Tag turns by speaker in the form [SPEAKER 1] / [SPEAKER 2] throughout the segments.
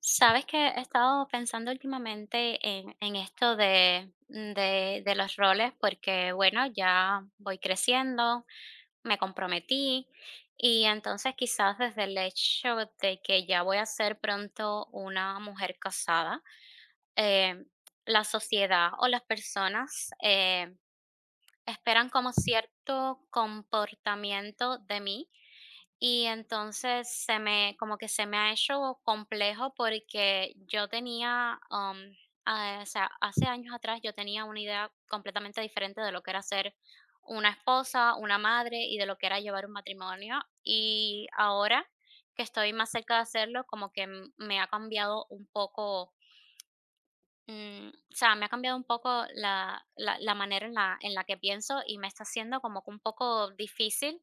[SPEAKER 1] Sabes que he estado pensando últimamente en esto de los roles porque, bueno, ya voy creciendo, me comprometí y entonces quizás desde el hecho de que ya voy a ser pronto una mujer casada, eh, la sociedad o las personas esperan como cierto comportamiento de mí. Y entonces se me ha hecho complejo porque yo tenía, o sea, hace años atrás yo tenía una idea completamente diferente de lo que era ser una esposa, una madre y de lo que era llevar un matrimonio. Y ahora que estoy más cerca de hacerlo, como que me ha cambiado un poco. O sea, me ha cambiado un poco la manera en la que pienso y me está haciendo como que un poco difícil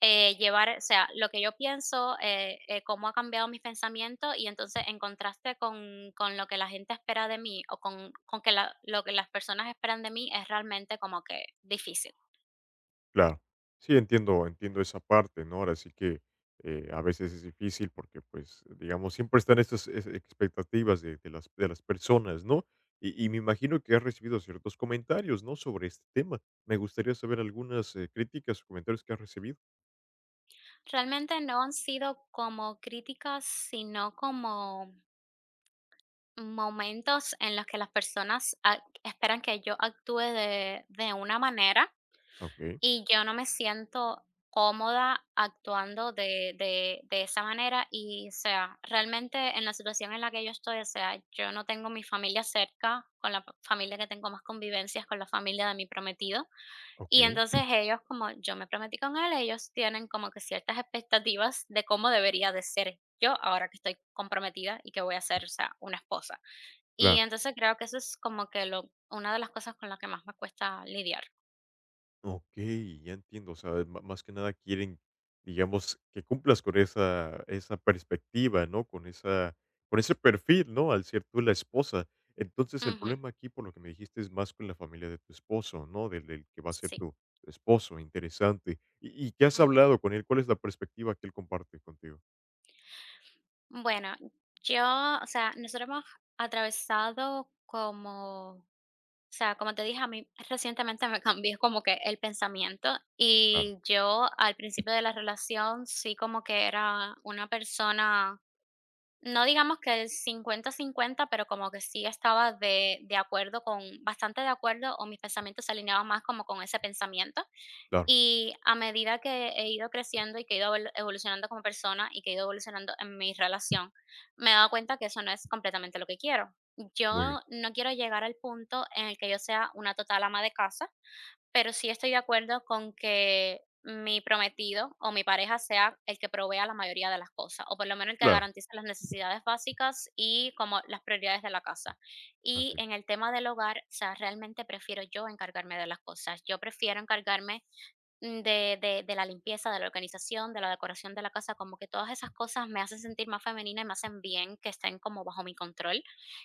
[SPEAKER 1] llevar, o sea, lo que yo pienso, cómo ha cambiado mis pensamientos y entonces en contraste con lo que la gente espera de mí o con lo que las personas esperan de mí es realmente como que difícil.
[SPEAKER 2] Claro. Sí, entiendo, entiendo esa parte, ¿no? Ahora sí que a veces es difícil porque, pues, digamos, siempre están estas expectativas de las personas, ¿no? Y me imagino que has recibido ciertos comentarios, ¿no? Sobre este tema. Me gustaría saber algunas críticas o comentarios que has recibido.
[SPEAKER 1] Realmente no han sido como críticas, sino como momentos en los que las personas esperan que yo actúe de una manera.
[SPEAKER 2] Ok,
[SPEAKER 1] Y yo no me siento cómoda actuando de esa manera y, o sea, realmente en la situación en la que yo estoy, o sea, yo no tengo mi familia cerca, con la familia que tengo más convivencias, con la familia de mi prometido. Y
[SPEAKER 2] ok,
[SPEAKER 1] entonces ellos, como yo me prometí con él, ellos tienen como que ciertas expectativas de cómo debería de ser yo ahora que estoy comprometida y que voy a ser, o sea, una esposa. Y
[SPEAKER 2] claro.
[SPEAKER 1] entonces creo que eso es como que lo, una de las cosas con las que más me cuesta lidiar.
[SPEAKER 2] Okey, ya entiendo, o sea, ma más que nada quieren, digamos, que cumplas con esa perspectiva, ¿no? Con esa con ese perfil, ¿no? Al ser tú la esposa. Entonces, el
[SPEAKER 1] Ujú.
[SPEAKER 2] problema aquí, por lo que me dijiste, es más con la familia de tu esposo, ¿no? Del que va a ser
[SPEAKER 1] Sí.
[SPEAKER 2] tu esposo, interesante. ¿Y qué has hablado con él? ¿Cuál es la perspectiva que él comparte contigo?
[SPEAKER 1] Bueno, yo, o sea, nosotros hemos atravesado como, o sea, como te dije, a mí recientemente me cambió como que el pensamiento
[SPEAKER 2] Claro,
[SPEAKER 1] y yo al principio de la relación sí como que era una persona, no digamos que el cincuenta-cincuenta pero como que sí estaba de acuerdo con, bastante de acuerdo o mis pensamientos se alineaban más como con ese pensamiento.
[SPEAKER 2] claro,
[SPEAKER 1] Y a medida que he ido creciendo y que he ido evolucionando como persona y que he ido evolucionando en mi relación, me he dado cuenta que eso no es completamente lo que quiero.
[SPEAKER 2] muy bien.
[SPEAKER 1] Yo no quiero llegar al punto en el que yo sea una total ama de casa, pero sí estoy de acuerdo con que mi prometido o mi pareja sea el que provea la mayoría de las cosas, o por lo menos el que
[SPEAKER 2] Claro,
[SPEAKER 1] garantice las necesidades básicas y como las prioridades de la casa. Y
[SPEAKER 2] así
[SPEAKER 1] en
[SPEAKER 2] es.
[SPEAKER 1] el tema del hogar, o sea, realmente prefiero yo encargarme de las cosas. Yo prefiero encargarme de la limpieza, de la organización, de la decoración de la casa, como que todas esas cosas me hacen sentir más femenina y me hacen bien que estén como bajo mi control.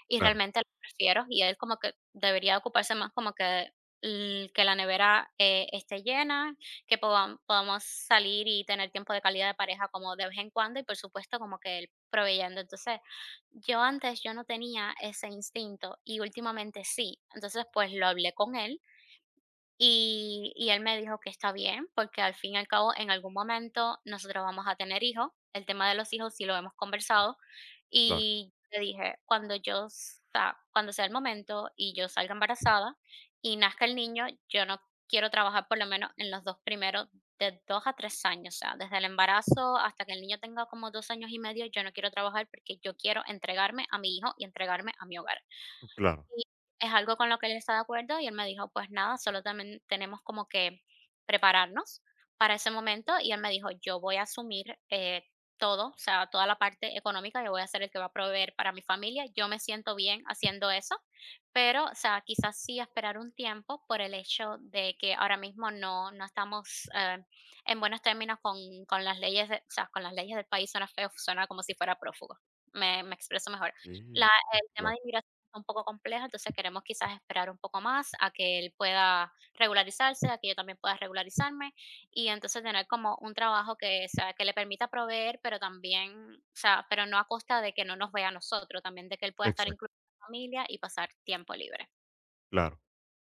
[SPEAKER 1] Y
[SPEAKER 2] Claro,
[SPEAKER 1] realmente lo prefiero y él como que debería ocuparse más como que que la nevera esté llena, que podamos salir y tener tiempo de calidad de pareja como de vez en cuando y por supuesto como que él proveyendo. Entonces, yo antes yo no tenía ese instinto y últimamente sí. Entonces, pues lo hablé con él y él me dijo que está bien, porque al fin y al cabo, en algún momento nosotros vamos a tener hijos. El tema de los hijos sí lo hemos conversado.
[SPEAKER 2] claro,
[SPEAKER 1] Y le dije, cuando yo sa cuando sea el momento y yo salga embarazada y nazca el niño, yo no quiero trabajar por lo menos en los 2 primeros, de 2 a 3 años, o sea, desde el embarazo hasta que el niño tenga como 2 años y medio, yo no quiero trabajar porque yo quiero entregarme a mi hijo y entregarme a mi hogar.
[SPEAKER 2] claro.
[SPEAKER 1] Y es algo con lo que él está de acuerdo y él me dijo, pues nada, solo también tenemos como que prepararnos para ese momento y él me dijo, yo voy a asumir todo, o sea, toda la parte económica, yo voy a ser el que va a proveer para mi familia, yo me siento bien haciendo eso, pero, o sea, quizás sí esperar un tiempo por el hecho de que ahora mismo no estamos en buenos términos con las leyes, o sea, con las leyes del país, suena feo, suena como si fuera prófugo, me expreso mejor. La,
[SPEAKER 2] Okey,
[SPEAKER 1] el tema
[SPEAKER 2] claro,
[SPEAKER 1] de inmigración un poco complejo, entonces queremos quizás esperar un poco más a que él pueda regularizarse, a que yo también pueda regularizarme y entonces tener como un trabajo que, o sea, que le permita proveer, pero también, o sea, pero no a costa de que no nos vea a nosotros, también de que él pueda estar
[SPEAKER 2] exacto.
[SPEAKER 1] incluido en la familia y pasar tiempo libre.
[SPEAKER 2] Claro.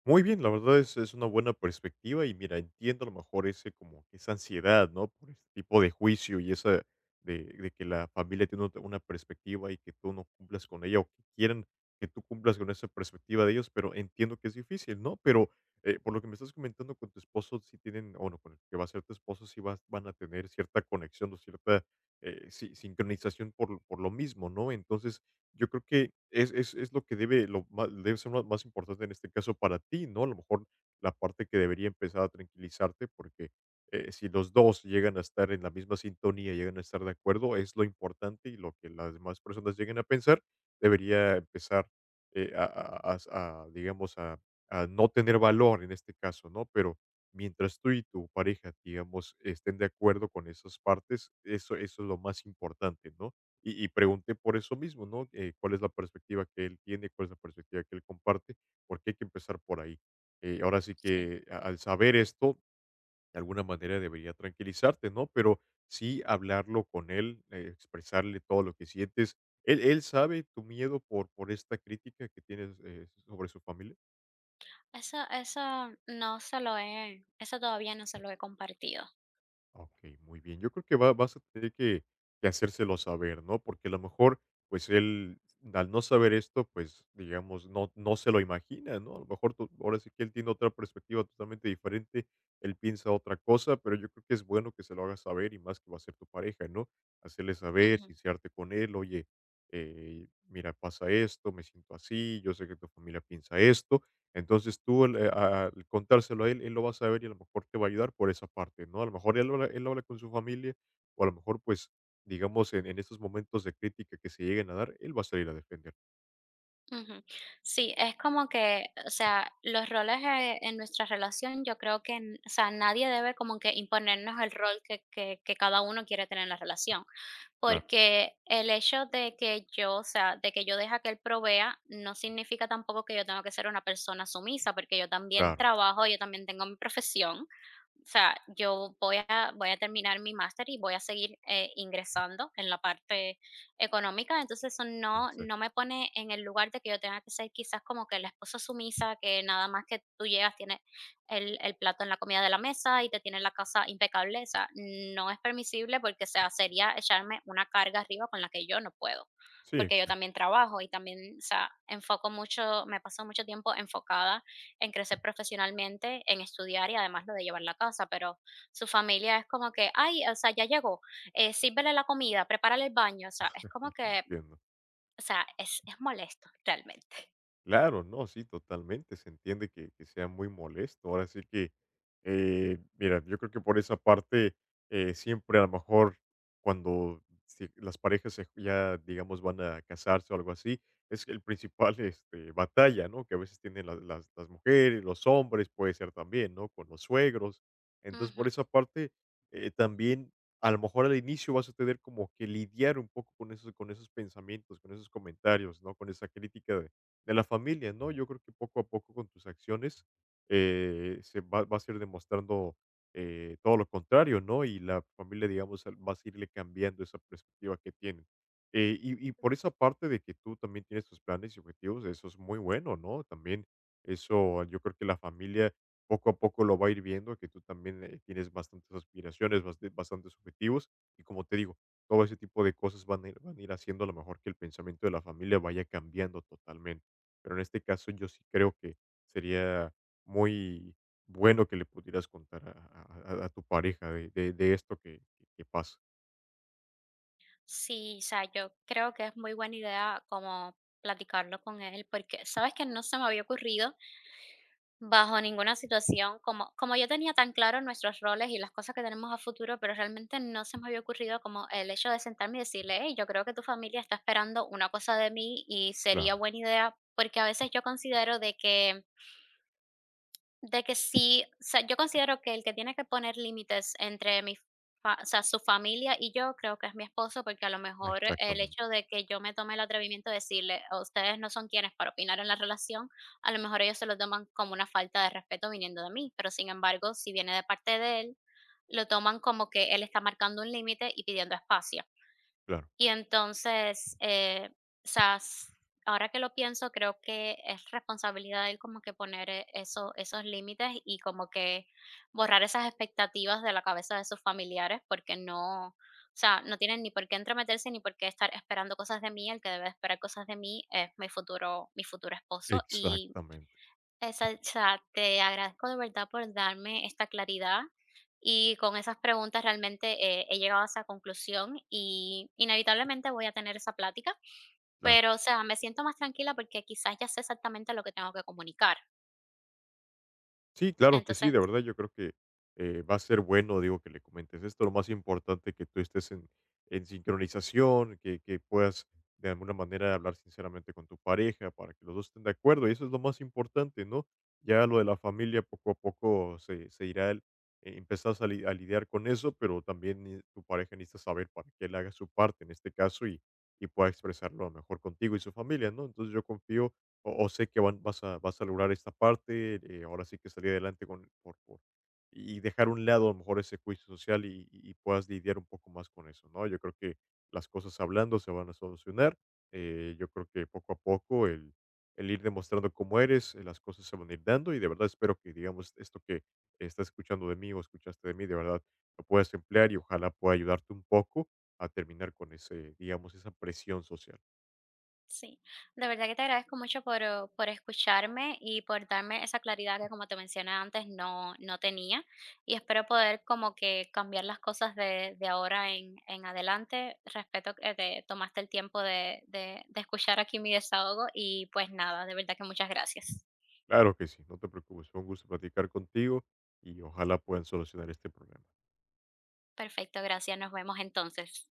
[SPEAKER 2] Muy bien, la verdad es una buena perspectiva y mira, entiendo a lo mejor ese como que esa ansiedad, ¿no? Por este tipo de juicio y esa de que la familia tiene una perspectiva y que tú no cumplas con ella o que quieren que tú cumplas con esa perspectiva de ellos, pero entiendo que es difícil, ¿no? Pero por lo que me estás comentando con tu esposo, si tienen, bueno, con el que va a ser tu esposo, si vas, van a tener cierta conexión o cierta sí, sincronización por, por lo mismo, ¿no? Entonces, yo creo que es lo que debe lo ma debe ser lo más importante en este caso para ti, ¿no? A lo mejor la parte que debería empezar a tranquilizarte, porque, si los 2 llegan a estar en la misma sintonía, llegan a estar de acuerdo, es lo importante y lo que las demás personas lleguen a pensar, debería empezar, a digamos, a no tener valor en este caso, ¿no? Pero mientras tú y tu pareja, digamos, estén de acuerdo con esas partes, eso es lo más importante, ¿no? Y pregunté por eso mismo, ¿no? ¿Cuál es la perspectiva que él tiene? ¿Cuál es la perspectiva que él comparte? Porque hay que empezar por ahí. Ahora sí
[SPEAKER 1] Sí.
[SPEAKER 2] que al saber esto, de alguna manera debería tranquilizarte, ¿no? Pero sí hablarlo con él, expresarle todo lo que sientes. ¿Él sabe tu miedo por esta crítica que tienes sobre su familia?
[SPEAKER 1] Eso, eso eso todavía no se lo he compartido.
[SPEAKER 2] Ok, muy bien. Yo creo que va vas a tener que hacérselo saber, ¿no? Porque a lo mejor, pues, él, al no saber esto, pues, digamos, no se lo imagina, ¿no? A lo mejor tú ahora sí que él tiene otra perspectiva totalmente diferente, él piensa otra cosa, pero yo creo que es bueno que se lo hagas saber y más que va a ser tu pareja, ¿no? Hacerle saber,
[SPEAKER 1] Ujú.
[SPEAKER 2] sincerarte con él: "Oye, mira, pasa esto, me siento así, yo sé que tu familia piensa esto". Entonces al contárselo a él, él lo va a saber y a lo mejor te va a ayudar por esa parte, ¿no? A lo mejor él habla con su familia o a lo mejor, pues, digamos, en estos momentos de crítica que se lleguen a dar, él va a salir a defender.
[SPEAKER 1] Ujú. Sí, es como que, o sea, los roles, en nuestra relación, yo creo que, o sea, nadie debe como que imponernos el rol que cada uno quiere tener en la relación,
[SPEAKER 2] Claro,
[SPEAKER 1] porque el hecho de que yo, o sea, de que yo deja que él provea, no significa tampoco que yo tengo que ser una persona sumisa, porque yo también
[SPEAKER 2] claro.
[SPEAKER 1] trabajo, yo también tengo mi profesión, o sea, voy a terminar mi máster y voy a seguir ingresando en la parte económica, entonces eso
[SPEAKER 2] Exacto.
[SPEAKER 1] no me pone en el lugar de que yo tenga que ser quizás como que la esposa sumisa, que nada más que tú llegas tiene el plato en la comida de la mesa y te tiene la casa impecable, o sea, no es permisible porque o sea, sería echarme una carga arriba con la que yo no puedo
[SPEAKER 2] Sí,
[SPEAKER 1] porque yo
[SPEAKER 2] exacto,
[SPEAKER 1] también trabajo y también, o sea, enfoco mucho, me paso mucho tiempo enfocada en crecer profesionalmente, en estudiar y además lo de llevar la casa, pero su familia es como que, ay, o sea, ya llegó, sírvele la comida, prepárale el baño, o sea, es como que,
[SPEAKER 2] entiendo.
[SPEAKER 1] o sea, es molesto realmente.
[SPEAKER 2] Claro, no, sí, totalmente. Se entiende que sea muy molesto. Ahora sí que, mira, yo creo que por esa parte, siempre a lo mejor cuando si las parejas ya, digamos, van a casarse o algo así, es el principal este, batalla, ¿no? Que a veces tienen las mujeres, los hombres, puede ser también, ¿no? Con los suegros. Entonces,
[SPEAKER 1] Ujú.
[SPEAKER 2] por esa parte, también a lo mejor al inicio vas a tener como que lidiar un poco con esos pensamientos, con esos comentarios, ¿no? Con esa crítica de la familia, ¿no? Yo creo que poco a poco con tus acciones se va, vas a ir demostrando todo lo contrario, ¿no? Y la familia, digamos, vas a irle cambiando esa perspectiva que tienen. Y por esa parte de que tú también tienes tus planes y objetivos, eso es muy bueno, ¿no? También eso, yo creo que la familia poco a poco lo va a ir viendo, que tú también tienes bastantes aspiraciones, bastantes objetivos, y como te digo, todo ese tipo de cosas van a ir haciendo a lo mejor que el pensamiento de la familia vaya cambiando totalmente pero en este caso yo sí creo que sería muy bueno que le pudieras contar a tu pareja de esto que pasa.
[SPEAKER 1] Sí, o sea, yo creo que es muy buena idea como platicarlo con él, porque sabes que no se me había ocurrido bajo ninguna situación, como yo tenía tan claro nuestros roles y las cosas que tenemos a futuro, pero realmente no se me había ocurrido como el hecho de sentarme y decirle, hey, yo creo que tu familia está esperando una cosa de mí y sería
[SPEAKER 2] Claro,
[SPEAKER 1] buena idea, porque a veces yo considero de que sí, o sea, yo considero que el que tiene que poner límites entre mi fa o sea, su familia y yo, creo que es mi esposo, porque a lo mejor el hecho
[SPEAKER 2] exactamente.
[SPEAKER 1] de que yo me tome el atrevimiento de decirle: "Oh, ustedes no son quienes para opinar en la relación", a lo mejor ellos se lo toman como una falta de respeto viniendo de mí, pero sin embargo, si viene de parte de él, lo toman como que él está marcando un límite y pidiendo espacio.
[SPEAKER 2] Claro,
[SPEAKER 1] Y entonces, o sea, s ahora que lo pienso, creo que es responsabilidad de él como que poner, esos límites y como que borrar esas expectativas de la cabeza de sus familiares, porque o sea, no tienen ni por qué entrometerse, ni por qué estar esperando cosas de mí. El que debe esperar cosas de mí es mi futuro esposo, y
[SPEAKER 2] exactamente.
[SPEAKER 1] esa o sea, te agradezco de verdad por darme esta claridad y con esas preguntas realmente, he llegado a esa conclusión y inevitablemente voy a tener esa plática,
[SPEAKER 2] Claro.
[SPEAKER 1] pero, o sea, me siento más tranquila porque quizás ya sé exactamente lo que tengo que comunicar.
[SPEAKER 2] Sí, claro que sí,
[SPEAKER 1] Entonces
[SPEAKER 2] de verdad yo creo que va a ser bueno, digo, que le comentes esto. Lo más importante que tú estés en sincronización, que puedas de alguna manera hablar sinceramente con tu pareja para que los dos estén de acuerdo. Y eso es lo más importante, ¿no? Ya lo de la familia poco a poco se irá empezás a, a lidiar con eso, pero también tu pareja necesita saber para que él haga su parte en este caso y pueda expresarlo mejor contigo y su familia, ¿no? Entonces yo confío o sé que van vas a lograr esta parte, ahora sí que salir adelante con por y dejar a un lado a lo mejor ese juicio social y y puedas lidiar un poco más con eso, ¿no? Yo creo que las cosas hablando se van a solucionar, yo creo que poco a poco el ir demostrando cómo eres, las cosas se van a ir dando y de verdad espero que, digamos, esto que estás escuchando de mí o escuchaste de mí, de verdad lo puedas emplear y ojalá pueda ayudarte un poco a terminar con ese, digamos, esa presión social.
[SPEAKER 1] sí, de verdad que te agradezco mucho por escucharme y por darme esa claridad que como te mencioné antes no tenía y espero poder como que cambiar las cosas de ahora en adelante. Respeto que te tomaste el tiempo de escuchar aquí mi desahogo y pues nada, de verdad que muchas gracias.
[SPEAKER 2] Claro que sí, no te preocupes, fue un gusto platicar contigo y ojalá puedan solucionar este problema.
[SPEAKER 1] Perfecto, gracias, nos vemos entonces.